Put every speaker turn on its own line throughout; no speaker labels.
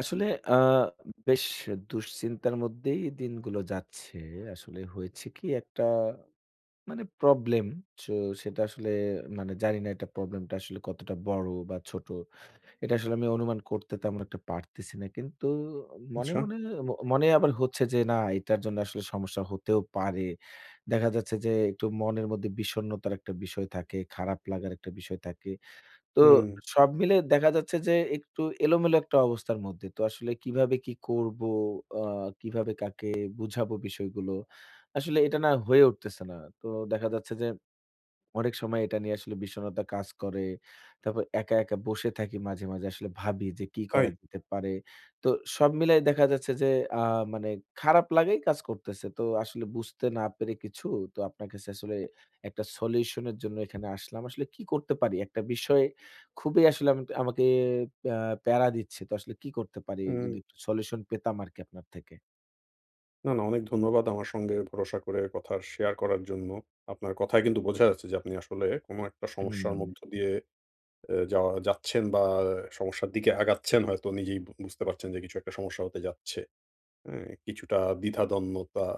আসলে আ বেশ দুশ্চিন্তার মধ্যেই দিনগুলো যাচ্ছে। আসলে হয়েছে কি, একটা মানে প্রবলেম, সো সেটা আসলে মানে জানি না এটা, প্রবলেমটা আসলে কতটা বড় বা ছোট। এটা আসলে আমি অনুমান করতে তেমন একটা পারতেছি না। কিন্তু মনে,
আচ্ছা।
মনে মনে আবার হচ্ছে যে না, এটার জন্য আসলে সমস্যা হতেও পারে। দেখা যাচ্ছে যে একটু মনের মধ্যে বিষণ্ণতার একটা বিষয় থাকে, খারাপ লাগার একটা বিষয় থাকে। তো
হুম,
সব মিলে দেখা যাচ্ছে যে একটু এলোমেলো একটা অবস্থার মধ্যে। তো আসলে কিভাবে কি করব? আ কিভাবে কাকে বুঝাবো বিষয়গুলো? আসলে এটা না হয়ে উঠতেছে না। তো দেখা যাচ্ছে যে অনেক সময় এটা নিয়ে আসলে বিষণ্ণতা কাজ করে। তারপর একা, একা বসে থাকি, মাঝে, মাঝে আসলে ভাবি যে কি
তাই?
করা যেতে পারে। তো সব মিলাই দেখা যাচ্ছে যে আ মানে খারাপ লাগাই কাজ করতেছে। তো আসলে বুঝতে না পেরে কিছু, তো আপনার কাছে আসলে একটা সলিউশন এর জন্য এখানে আসলাম। আসলে কি করতে পারি? একটা বিষয়ে খুবই আসলে আমাকে প্যা প্যারা দিচ্ছে। তো আসলে কি করতে পারি?
হুম।
যদি একটু সলিউশন পেতাম আরকি আপনার থেকে।
না, না, অনেক ধন্যবাদ আমার সঙ্গে ভরসা করে কথা শেয়ার করার জন্য। আপনার কথায় কিন্তু বোঝা যাচ্ছে যে আপনি আসলে কোন একটা
হুম,
সমস্যার মধ্য দিয়ে এ যাওয়া যাচ্ছেন, বা সমস্যার দিকে আগাচ্ছেন, হয়তো নিজেই বুঝতে পারছেন যে কিছু একটা সমস্যা হতে যাচ্ছে। হ্যাঁ? কিছুটা দ্বিধাদ্বন্দ্বতা,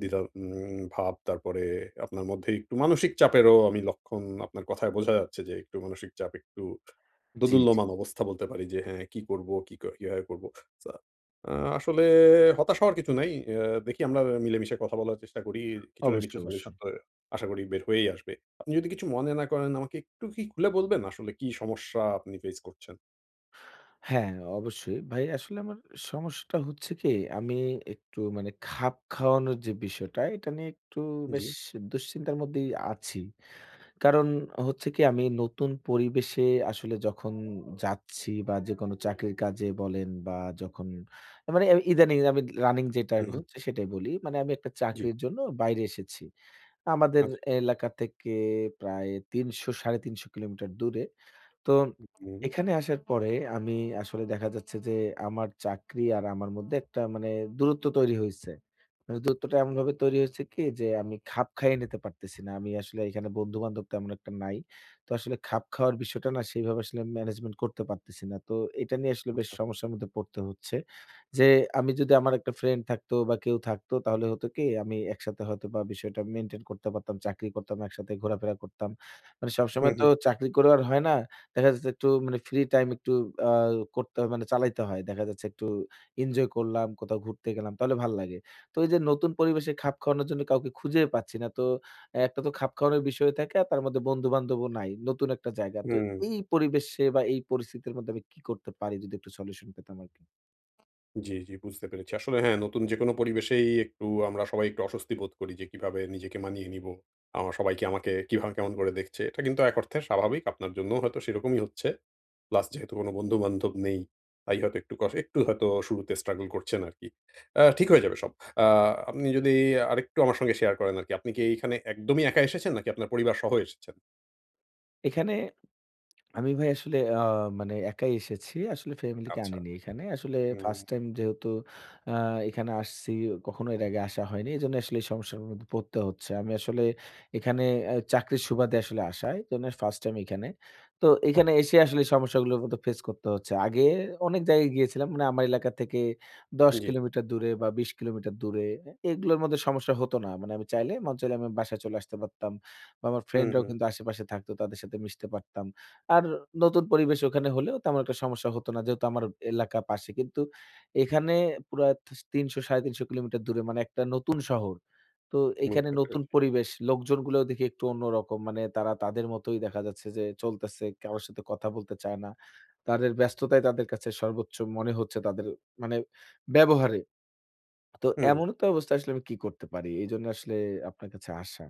দ্বিধা ভাব, তারপরে আপনার মধ্যে একটু মানসিক চাপেরও আমি লক্ষণ আপনার কথায় বোঝা যাচ্ছে যে একটু মানসিক চাপ, একটু
জি, জি।
দোদুল্যমান অবস্থা বলতে পারি যে হ্যাঁ, কি করব, কি কিভাবে করব। সা আ আসলে হতাশ হওয়ার কিছু নাই। আ দেখি আমরা মিলেমিশে কথা বলার চেষ্টা করি। কিছু না
অবশ্যই,
কিছু সলিউশন
অবশ্যই।
তো আশা করি বের হয়েই আসবে। আপনি যদি কিছু মনে না করেন, আমাকে একটু কি খুলে বলবেন আসলে কি সমস্যা আপনি ফেস করছেন?
হ্যাঁ, অবশ্যই। ভাই আসলে আমার সমস্যাটা হচ্ছে কি, আমি একটু মানে খাপ খাওয়ানোর যে বিষয়টা, এটা নিয়ে একটু
জি।
বেশ দুশ্চিন্তার মধ্যেই আছি। কারণ হচ্ছে কি, আমি নতুন পরিবেশে আসলে যখন যাচ্ছি বা যেকোনো চাকরির কাজে বলেন বা যখন মানে ইদানিং আমি রানিং যেটা
হু, হু।
হচ্ছে সেটাই বলি। মানে আমি একটা
জি।
চাকরির জন্য বাইরে এসেছি। আমাদের
আচ্ছা।
এলাকা থেকে প্রায় ৩০০, ৩৫০ কিলোমিটার দূরে। তো
হুম,
এখানে আসার পরে আমি আসলে দেখা যাচ্ছে যে আমার চাকরি আর আমার মধ্যে একটা মানে দূরত্ব তৈরি হইছে। মানে দূরত্বটা এমনভাবে তৈরি হয়েছে কি যে আমি খাপ খাইয়ে নিতে পারতেছি না। আমি আসলে এখানে বন্ধু-বান্ধব তেমন একটা নাই। তো আসলে খাপ খাওয়ার বিষয়টা না সেইভাবে আসলে ম্যানেজমেন্ট করতে পারতেছি না। তো এটা নিয়ে আসলে বেশ
আচ্ছা।
সমস্যার মধ্যে পড়তে হচ্ছে। যে আমি যদি আমার একটা ফ্রেন্ড থাকতো বা কেউ থাকতো, তাহলে হতো কি আমি একসাথে হয়তোবা বিষয়টা মেইনটেইন করতে পারতাম। চাকরি করতাম, একসাথে ঘোরাফেরা করতাম। মানে
হু,
সবসময়
হু।
তো চাকরি করেও আর হয় না। দেখা যাচ্ছে একটু মানে ফ্রি টাইম একটু আ করতে হয়, মানে চালাইতে হয়। দেখা যাচ্ছে একটু এনজয় করলাম, কোথাও ঘুরতে গেলাম তাহলে ভাল লাগে। তো এই যে নতুন পরিবেশে খাপ খাওয়ানোর জন্য কাউকে খুঁজে পাচ্ছি না। তো একটা তো খাপ খাওয়ানোর বিষয় থাকে আর তার মধ্যে বন্ধু-বান্ধবও নাই। নতুন একটা জায়গা। তো
হুম।
এই পরিবেশে বা এই পরিস্থিতির মধ্যে আমি কি করতে পারি যদি একটু সলিউশন পেতাম আরকি।
জি, জি, বুঝতে পেরেছি। আসলে হ্যাঁ, নতুন যেকোনো পরিবেশেই একটু আমরা সবাই একটু অস্বস্তি বোধ করি যে কিভাবে নিজেকে মানিয়ে নিব। আমা সবাই কি আমাকে কিভাবে কেমন করে দেখছে। এটা কিন্তু এক অর্থে স্বাভাবিক। আপনার জন্যও হয়তো সেরকমই হচ্ছে। প্লাস যেহেতু কোনো বন্ধু-বান্ধব নেই, তাই হয়তো একটু একটু হয়তো শুরুতে স্ট্রাগল করছেন আরকি। ঠিক হয়ে যাবে সব। আ আপনি যদি আরেকটু আমার সঙ্গে শেয়ার করেন আরকি। আপনি কি এইখানে একদমই একা এসেছেন, নাকি আপনার পরিবার সহ এসেছেন?
এখানে আমি ভাই আসলে মানে একাই এসেছি। আসলে ফ্যামিলিকে
আচ্ছা।
আনিনি এখানে। আসলে
হুম,
ফার্স্ট টাইম যেহেতু আ এখানে আসছি, কখনো এর আগে আসা হয়নি। এজন্য আসলে এই সমস্যার মধ্যে পড়তে হচ্ছে। আমি আসলে এখানে চাকরির সুবাদে আসলে আসা। এজন্য ফার্স্ট টাইম এখানে। তো এখানে এসে আসলে এই সমস্যাগুলোর মধ্যে ফেস করতে হচ্ছে। আগে অনেক জায়গায় গিয়েছিলাম। মানে আমার এলাকা থেকে ১০
জি।
কিলোমিটার দূরে বা ২০ কিলোমিটার দূরে। এগুলোর মধ্যে সমস্যা হতো না। মানে আমি চাইলে, মন চাইলে আমি বাসায় চলে আসতে পারতাম। বা আমার
হুম,
ফ্রেন্ডরাও
হুম।
কিন্তু আশেপাশে থাকতো। তাদের সাথে মিশতে পারতাম। আর নতুন পরিবেশ ওখানে হলেও তেমন একটা সমস্যা হতো না। যেহেতু আমার এলাকা পাশে। কিন্তু এখানে পুরা থিস ৩০০, ৩৫০ কিলোমিটার দূরে, মানে একটা নতুন শহর। তো এইখানে
বুঝতে
নতুন
পেরেছি।
পরিবেশ। লোকজনগুলোও দেখি একটু অন্যরকম। মানে তারা তাদের মতোই দেখা যাচ্ছে যে চলতেছে। কারো সাথে কথা বলতে চায় না। তাদের ব্যস্ততাই তাদের কাছে সর্বোচ্চ মনে হচ্ছে তাদের মানে ব্যবহারে। তো
হুম।
এমন তো অবস্থায় আসলে আমি কি করতে পারি? এইজন্য আসলে আপনার কাছে আসা।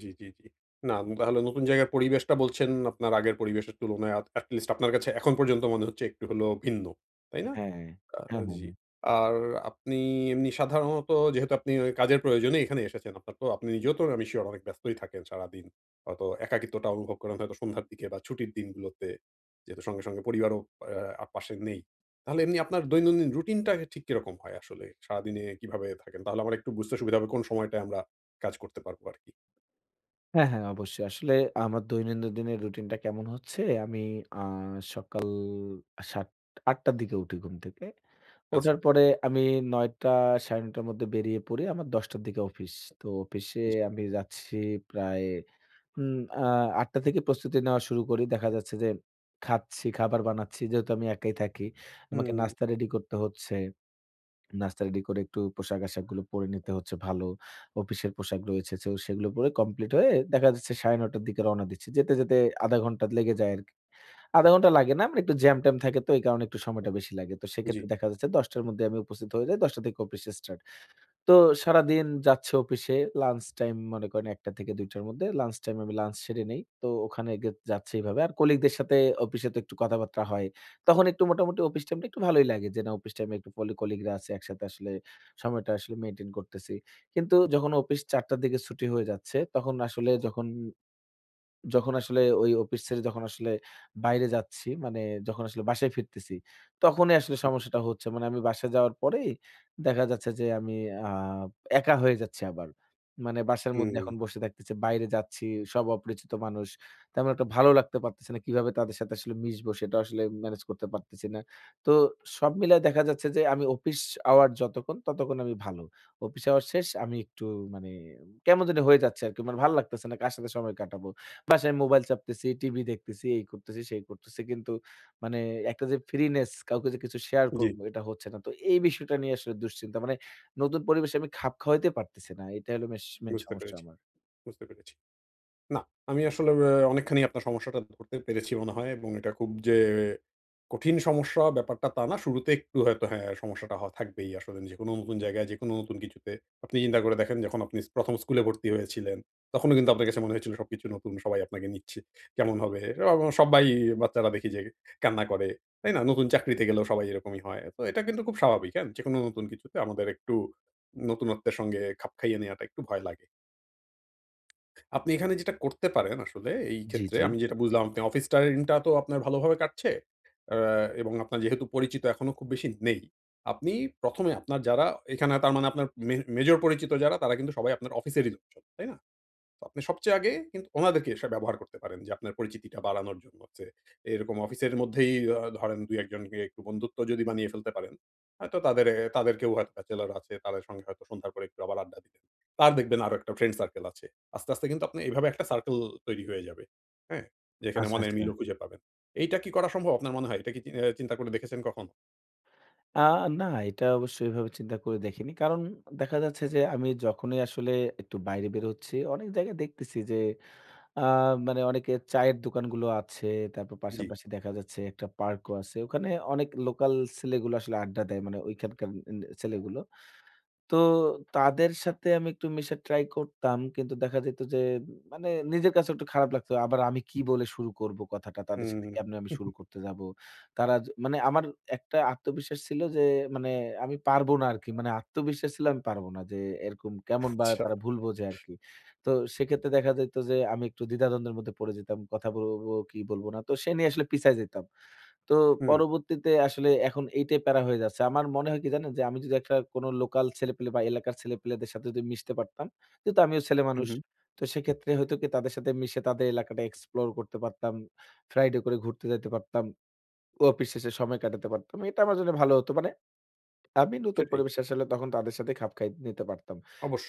জি, জি, জি। না, তাহলে নতুন জায়গার পরিবেশটা বলছেন আপনার আগের পরিবেশের তুলনায়, at least আপনার কাছে এখন পর্যন্ত মনে হচ্ছে একটু হলেও ভিন্ন। তাই না?
হ্যাঁ,
আ
হ্যাঁ, হ্যাঁ,
জি।
হ্যাঁ।
আর আপনি এমনি সাধারণত, যেহেতু আপনি ওই কাজের প্রয়োজনে এখানে এসেছেন, আপনার তো আপনি নিজেও তো আমি সিউর অনেক ব্যস্তই থাকেন সারাদিন। হয়তো একাকিত্বটা অনুভব করেন হয়তো সন্ধ্যার দিকে বা ছুটির দিনগুলোতে। যেহেতু সঙ্গে, সঙ্গে পরিবারও পাশে নেই। তাহলে এমনি আপনার দৈনন্দিন রুটিনটা ঠিক কিরকম হয় আসলে? সারাদিনে কিভাবে থাকেন? তাহলে আমার একটু বুঝতে সুবিধা হবে কোন সময়টায় আমরা কাজ করতে পারবো আরকি।
হ্যাঁ, হ্যাঁ, অবশ্যই। আসলে আমার দৈনন্দিন দিনের রুটিনটা কেমন হচ্ছে, আমি আ সকাল ৭ ৮টার দিকে উঠি ঘুম থেকে।
আচ্ছা।
ওঠার পরে আমি ৯ঃ০০ ৯ঃ৩০ র মধ্যে বেরিয়ে পড়ি। আমার ১০ঃ০০ র দিকে অফিস। তো অফিসে
জি।
আমি যাচ্ছি প্রায় উম আ ৮ঃ০০ থেকে প্রস্তুতি নেওয়া শুরু করি। দেখা যাচ্ছে যে খাচ্ছি, খাবার বানাচ্ছি। যেহেতু আমি একাই থাকি, আমাকে
হুম,
নাস্তা রেডি করতে হচ্ছে। নাস্তা রেডি করে একটু পোশাক-আশাকগুলো পরে নিতে হচ্ছে ভালো। অফিসের পোশাক রয়েছে, সো সেগুলো পরে কমপ্লিট হয়ে দেখা যাচ্ছে ৯:৩০ র দিকে রওনা দিচ্ছি। যেতে, যেতে ০.৫ ঘন্টা লেগে যায় আরকি। ০.৫ ঘন্টা লাগে না। মানে একটু জ্যাম-ট্যাম থাকে, তো এই কারণে একটু সময়টা বেশি লাগে। তো
জি,
সেক্ষেত্রে দেখা যাচ্ছে ১০ টার মধ্যে আমি উপস্থিত হয়ে যাই। ১০ টা থেকে অফিস স্টার্ট। তো সারাদিন যাচ্ছে অফিসে। লাঞ্চ টাইম মনে করেন ১ঃ০০ থেকে ২ঃ০০ র মধ্যে লাঞ্চ টাইম, আমি লাঞ্চ সেরে নেই। তো ওখানে গে যাচ্ছে এভাবে। আর কলিগদের সাথে অফিসে তো একটু কথাবার্তা হয়। তখন একটু মোটামুটি অফিস টাইমটা একটু ভালোই লাগে যে, না, অফিস টাইমে একটু কলিগরা আছে একসাথে, আসলে সময়টা আসলে মেইনটেইন করতেছি। কিন্তু যখন অফিস ৪ঃ০০ র দিকে ছুটি হয়ে যাচ্ছে, তখন আসলে যখন যখন আসলে ওই অফিস ছেড়ে যখন আসলে বাইরে যাচ্ছি, মানে যখন আসলে বাসায় ফিরতেছি, তখনই আসলে
জি।
সমস্যাটা হচ্ছে। মানে আমি বাসায় যাওয়ার পরেই দেখা যাচ্ছে যে আমি আ একা হয়ে যাচ্ছি আবার। মানে বাসার মধ্যে
হুম,
এখন বসে থাকতেছি, বাইরে যাচ্ছি, সব অপরিচিত মানুষ। তেমন একটা ভালো লাগতে পারতেছে না। কিভাবে তাদের সাথে আসলে মিশবো সেটা আসলে ম্যানেজ করতে পারতেছি না। তো সব মিলায় দেখা যাচ্ছে যে আমি অফিস আওয়ার যতক্ষণ, ততক্ষণ আমি ভালো। অফিস আওয়ার শেষ আমি একটু মানে কেমন জানি হয়ে যাচ্ছে আরকি। মানে ভালো লাগতেছে না, কার সাথে সময় কাটাবো। বাসায় মোবাইল চাপতেছি, টিভি দেখতেছি, এই করতেছি, সেই করতেছি। কিন্তু মানে একটা যে ফ্রিনেস, কাউকে যে কিছু শেয়ার
জি।
করব, এটা হচ্ছে না। তো এই বিষয়টা নিয়ে আসলে দুশ্চিন্তা। মানে নতুন পরিবেশে আমি খাপ খাওয়াইতে পারতেছি না। এটা হলো মেইন
বুঝতে
সমস্যা
পেরেছি,
আমার।
বুঝতে পেরেছি। না, আমি আসলে অনেকখানি আপনার সমস্যাটা ধরতে পেরেছি মনে হয়, এবং এটা খুব যে কঠিন সমস্যা ব্যাপারটা তা না। শুরুতে একটু হয়তো হ্যাঁ, সমস্যাটা থাকবেই আসলে। যেকোনো নতুন জায়গায়, যেকোনো নতুন কিছুতে আপনি চিন্তা করে দেখেন, যখন আপনি ১ম স্কুলে ভর্তি হয়েছিলেন, তখনও কিন্তু আপনার কাছে মনে হয়েছিল সবকিছু নতুন, সবাই আপনাকে নিচ্ছে। কেমন হবে? এবং সবাই, বাচ্চারা দেখি যে কান্না করে, তাই না? নতুন চাকরিতে গেলেও সবাই এরকমই হয়। তো এটা কিন্তু খুব স্বাভাবিক, হ্যাঁ? যেকোনো নতুন কিছুতে আমাদের একটু নতুনত্বের সঙ্গে খাপ খাইয়ে নেওয়াটা একটু ভয় লাগে। আপনি এখানে যেটা করতে পারেন আসলে এই
জি,
ক্ষেত্রে,
জি।
আমি যেটা বুঝলাম আপনি অফিস টাইমটা তো আপনার ভালোভাবে কাটছে। আ এবং আপনার যেহেতু পরিচিত এখনো খুব বেশি নেই। আপনি ১ম এ আপনার যারা এখানে, তার মানে আপনার মেজর পরিচিত যারা তারা কিন্তু সবাই আপনার অফিসেরই লোকজন, তাই না? তো আপনি সবচেয়ে আগে কিন্তু ওনাদেরকে ব্যবহার করতে পারেন, যে আপনার পরিচিতিটা বাড়ানোর জন্য, যে এরকম অফিসের মধ্যেই ধরেন ২-১ জনকে একটু বন্ধুত্ব যদি বানিয়ে ফেলতে পারেন, হয়তো তাদেরকেও হয়তো ব্যাচেলর আছে, তাদের সঙ্গে হয়তো সন্ধ্যার পরে একটু আবার আড্ডা দিলেন। তার দেখবেন আরো একটা ফ্রেন্ড সার্কেল আছে। আস্তে, আস্তে কিন্তু আপনি এভাবে একটা সার্কেল তৈরি হয়ে যাবে। হ্যাঁ? যেখানে
আচ্ছা,
মনের
আচ্ছা।
মিলও খুঁজে পাবেন। এইটা কি করা সম্ভব আপনার মনে হয়? এটা কি চি আ চিন্তা করে দেখেছেন কখনো?
আ না, এটা অবশ্যই এভাবে চিন্তা করে দেখিনি। কারণ দেখা যাচ্ছে যে আমি যখনই আসলে একটু বাইরে বের হচ্ছি, অনেক জায়গায় দেখতেছি যে আ মানে অনেকে চায়ের দোকানগুলো আছে। তারপর
জি।
পাশাপাশি দেখা যাচ্ছে একটা পার্কও আছে। ওখানে অনেক লোকাল ছেলেগুলো আসলে আড্ডা দেয়। মানে ওইখানকার ছেলেগুলো। তো তাদের সাথে আমি একটু মেশার ট্রাই করতাম। কিন্তু দেখা যেত যে মানে নিজের কাছে একটু খারাপ লাগতো। আবার আমি কি বলে শুরু করব কথাটা? তাদের
হুম।
সাথে কেমনে আমি শুরু করতে যাব? তারা য মানে আমার একটা আত্মবিশ্বাস ছিল যে মানে আমি পারবো না আরকি। মানে আত্মবিশ্বাস ছিল আমি পারব না। যে এরকম কেমন বা
আচ্ছা।
তারা ভুল বোঝে আরকি। তো সেক্ষেত্রে দেখা যেত যে আমি একটু দ্বিধাদ্বন্দ্বের মধ্যে পড়ে যেতাম। কথা বলব কি বলব না? তো সে নিয়ে আসলে পিছায় যেতাম। তো
হুম,
পরবর্তীতে আসলে এখন এইটাই প্যারা হয়ে যাচ্ছে। আমার মনে হয় কি জানেন? যে আমি যদি একটা কোনো লোকাল ছেলেপেলে বা এলাকার ছেলেপেলেদের সাথে যদি মিশতে পারতাম, যেহেতু আমিও
হু,
ছেলেমানুষ।
হু।
তো সেক্ষেত্রে হয়তো কি তাদের সাথে মিশে তাদের এলাকাটা এক্সপ্লোর করতে পারতাম। ফ্রাইডে করে ঘুরতে যাইতে পারতাম। অফিস শেষে সময় কাটাতে পারতাম। এটা আমার জন্য ভালো হতো। মানে আমি নতুন
সেটাই।
পরিবেশে আসলে তখন তাদের সাথে খাপ খাইয়ে নিতে পারতাম।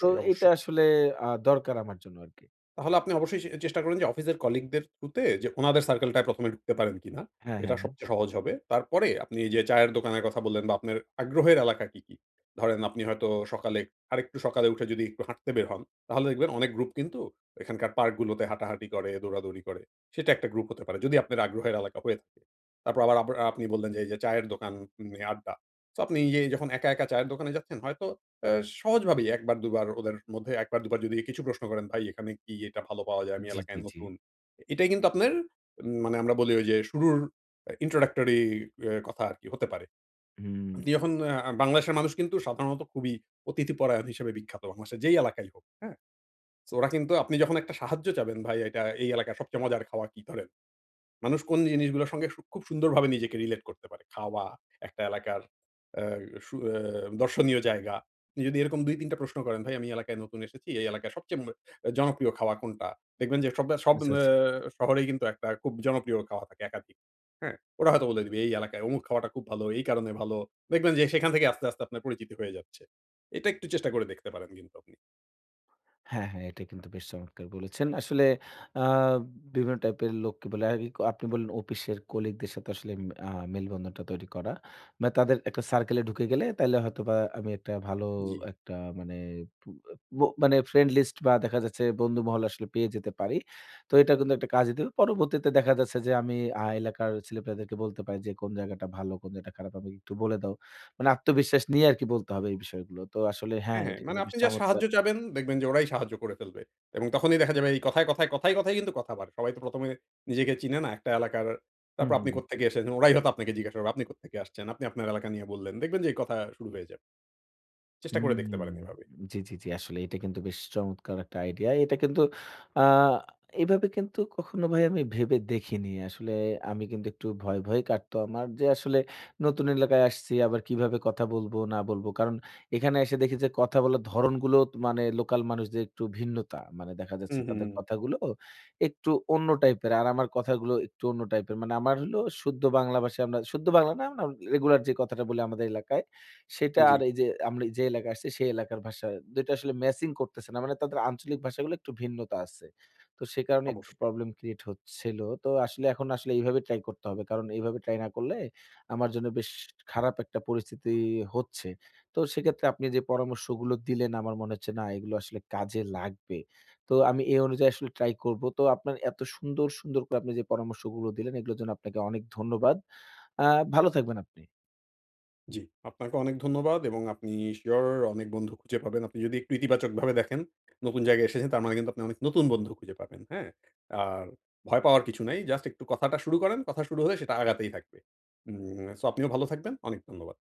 তো এটা
অবশ্যই।
আসলে দরকার আমার জন্য আরকি।
তাহলে আপনি অবশ্যই চেষ্টা করুন যে অফিসের কলিগদের থ্রুতে যে উনাদের সার্কেলটায় ১ম এ ঢুকতে পারেন কিনা?
হ্যাঁ,
এটা
হ্যাঁ, হ্যাঁ।
সবচেয়ে সহজ হবে। তারপরে আপনি এই যে চায়ের দোকানের কথা বললেন, বা আপনার আগ্রহের এলাকা কি, কি? ধরেন আপনি হয়তো সকালে, আরেকটু সকালে উঠে যদি একটু হাঁটতে বের হন, তাহলে দেখবেন অনেক গ্রুপ কিন্তু এখানকার পার্কগুলোতে হাঁটাহাঁটি করে, দৌড়াদৌড়ি করে। সেটা একটা গ্রুপ হতে পারে, যদি আপনার আগ্রহের এলাকা হয়ে থাকে। তারপর আবার আবার আপনি বললেন যে এই যে চায়ের দোকান নিয়ে আড্ডা। সো আপনি এই যে যখন একা, একা চায়ের দোকানে যাচ্ছেন হয়তো, অ্যা সহজভাবেই ১ বার ২ বার, ওদের মধ্যে ১ বার ২ বার যদি কিছু প্রশ্ন করেন, "ভাই, এখানে কি এটা ভালো পাওয়া যায়? আমি
জি,
এলাকায়
জি, জি।
নতুন।" এটাই কিন্তু আপনার মানে আমরা বলি ওই যে শুরুর introductory কথা আরকি হতে পারে।
হুম।
আপনি যখন বাংলাদেশের মানুষ কিন্তু সাধারণত খুবই অতিথিপরায়ণ হিসেবে বিখ্যাত, বাংলাদেশের যেই এলাকায় হোক, হ্যাঁ? সো ওরা কিন্তু আপনি যখন একটা সাহায্য চাবেন, "ভাই, এটা এই এলাকার সবচেয়ে মজার খাওয়া কি?" ধরেন মানুষ কোন জিনিসগুলোর সঙ্গে খুব সুন্দরভাবে নিজেকে রিলেট করতে পারে। খাওয়া, একটা এলাকার আ সু আ দর্শনীয় জায়গা। আপনি যদি এরকম ২-৩ টা প্রশ্ন করেন, "ভাই, আমি এই এলাকায় নতুন এসেছি। এই এলাকায় সবচেয়ে জনপ্রিয় খাওয়া কোনটা?" দেখবেন যে সব সব
আচ্ছা, আচ্ছা।
শহরেই কিন্তু একটা খুব জনপ্রিয় খাওয়া থাকে একাধিক। হ্যাঁ? ওরা হয়তো বলে দিবে, "এই এলাকায় অমুক খাওয়াটা খুব ভালো, এই কারণে ভালো।" দেখবেন যে সেখান থেকে আস্তে, আস্তে আপনার পরিচিতি হয়ে যাচ্ছে। এটা একটু চেষ্টা করে দেখতে পারেন কিন্তু আপনি।
হ্যাঁ, হ্যাঁ, এটা কিন্তু বেশ চমৎকার বলেছেন। আসলে আ বিভিন্ন টাইপের লোককে বলে আরকি, আপনি বললেন অফিসের কলিগদের সাথে আসলে মেলবন্ধনটা তৈরি করা। মানে তাদের একটা সার্কেল এ ঢুকে গেলে তাইলে হয়তোবা আমি একটা ভালো
জি।
একটা মানে পু ব মানে ফ্রেন্ড লিস্ট বা দেখা যাচ্ছে বন্ধু মহল আসলে পেয়ে যেতে পারি। তো এটা কিন্তু একটা কাজে দেবে। পরবর্তীতে দেখা যাচ্ছে যে আমি এলাকার ছেলেপেলাদেরকে বলতে পারি যে, "কোন জায়গাটা ভালো, কোন জায়গাটা খারাপ, আমাকে একটু বলে দাও।" মানে আত্মবিশ্বাস নিয়ে আরকি বলতে হবে এই বিষয়গুলো। তো আসলে হ্যাঁ,
হ্যাঁ, হ্যাঁ।
এটা
মানে
কিন্তু বেশ
আপনি যা সাহায্য
চমৎকার।
চাবেন দেখবেন যে ওরাই সাহায্য করে ফেলবে। এবং তখনই দেখা যাবে এই কথায়, কথায়, কথায়, কথায় কিন্তু কথা বাড়ে। সবাই তো ১ম এ নিজেকে চিনে না একটা এলাকার।
হুম,
তারপর
হুম,
আপনি
হুম।
কোত্থেকে এসেছেন, ওরাই হয়তো আপনাকে জিজ্ঞাসা করবে আপনি কোত্থেকে আসছেন? আপনি আপনার এলাকা নিয়ে বললেন। দেখবেন যে এই কথা শুরু হয়ে যাবে। চেষ্টা করে দেখতে পারেন
হুম।
এভাবে।
জি, জি, জি। আসলে এটা কিন্তু বেশ চমৎকার একটা আইডিয়া। এটা কিন্তু আ এভাবে কিন্তু কখনো ভাই আমি ভেবে দেখিনি। আসলে আমি কিন্তু একটু ভয়, ভয় কাটতো আমার যে আসলে নতুন এলাকায় আসছি, আবার কিভাবে কথা বলবো না বলবো। কারণ এখানে এসে দেখি যে কথা বলার ধরনগুলো তো মানে লোকাল মানুষদের একটু ভিন্নতা। মানে দেখা
হুম,
যাচ্ছে
হুম,
তাদের
হুম।
কথাগুলো একটু অন্য টাইপের। আর আমার কথাগুলো একটু অন্য টাইপের। মানে আমার হলো শুদ্ধ বাংলা ভাষায়, আমরা শুদ্ধ বাংলা না, আমরা রেগুলার যে কথাটা বলি আমাদের এলাকায় সেটা
জি,
আর এই যে আমরা যে এলাকায় আসছি সেই এলাকার ভাষা, ২ টা আসলে ম্যাচিং করতেছে না। মানে তাদের আঞ্চলিক ভাষাগুলো একটু ভিন্নতা আছে। তো সে কারণে একটু
অবশ্যই।
প্রবলেম ক্রিয়েট হচ্ছিল। তো আসলে এখন আসলে এইভাবে ট্রাই করতে হবে। কারণ এইভাবে ট্রাই না করলে আমার জন্য বেশ খারাপ একটা পরিস্থিতি হচ্ছে। তো সেক্ষেত্রে আপনি যে পরামর্শগুলো দিলেন আমার মনে হচ্ছে না, এগুলো আসলে কাজে লাগবে। তো আমি এই অনুযায়ী আসলে ট্রাই করব। তো আপনার এত সুন্দর, সুন্দর করে আপনি যে পরামর্শগুলো দিলেন এগুলোর জন্য আপনাকে অনেক ধন্যবাদ। আ ভালো থাকবেন আপনি।
জি, আপনাকে অনেক ধন্যবাদ, এবং আপনি সিউর অনেক বন্ধু খুঁজে পাবেন। আপনি যদি একটু ইতিবাচকভাবে দেখেন, নতুন জায়গায় এসেছেন তার মানে কিন্তু আপনি অনেক নতুন বন্ধু খুঁজে পাবেন। হ্যাঁ? আর ভয় পাওয়ার কিছু নাই। জাস্ট একটু কথাটা শুরু করেন। কথা শুরু হলে সেটা আগাতেই থাকবে। সো আপনিও ভালো থাকবেন। অনেক ধন্যবাদ।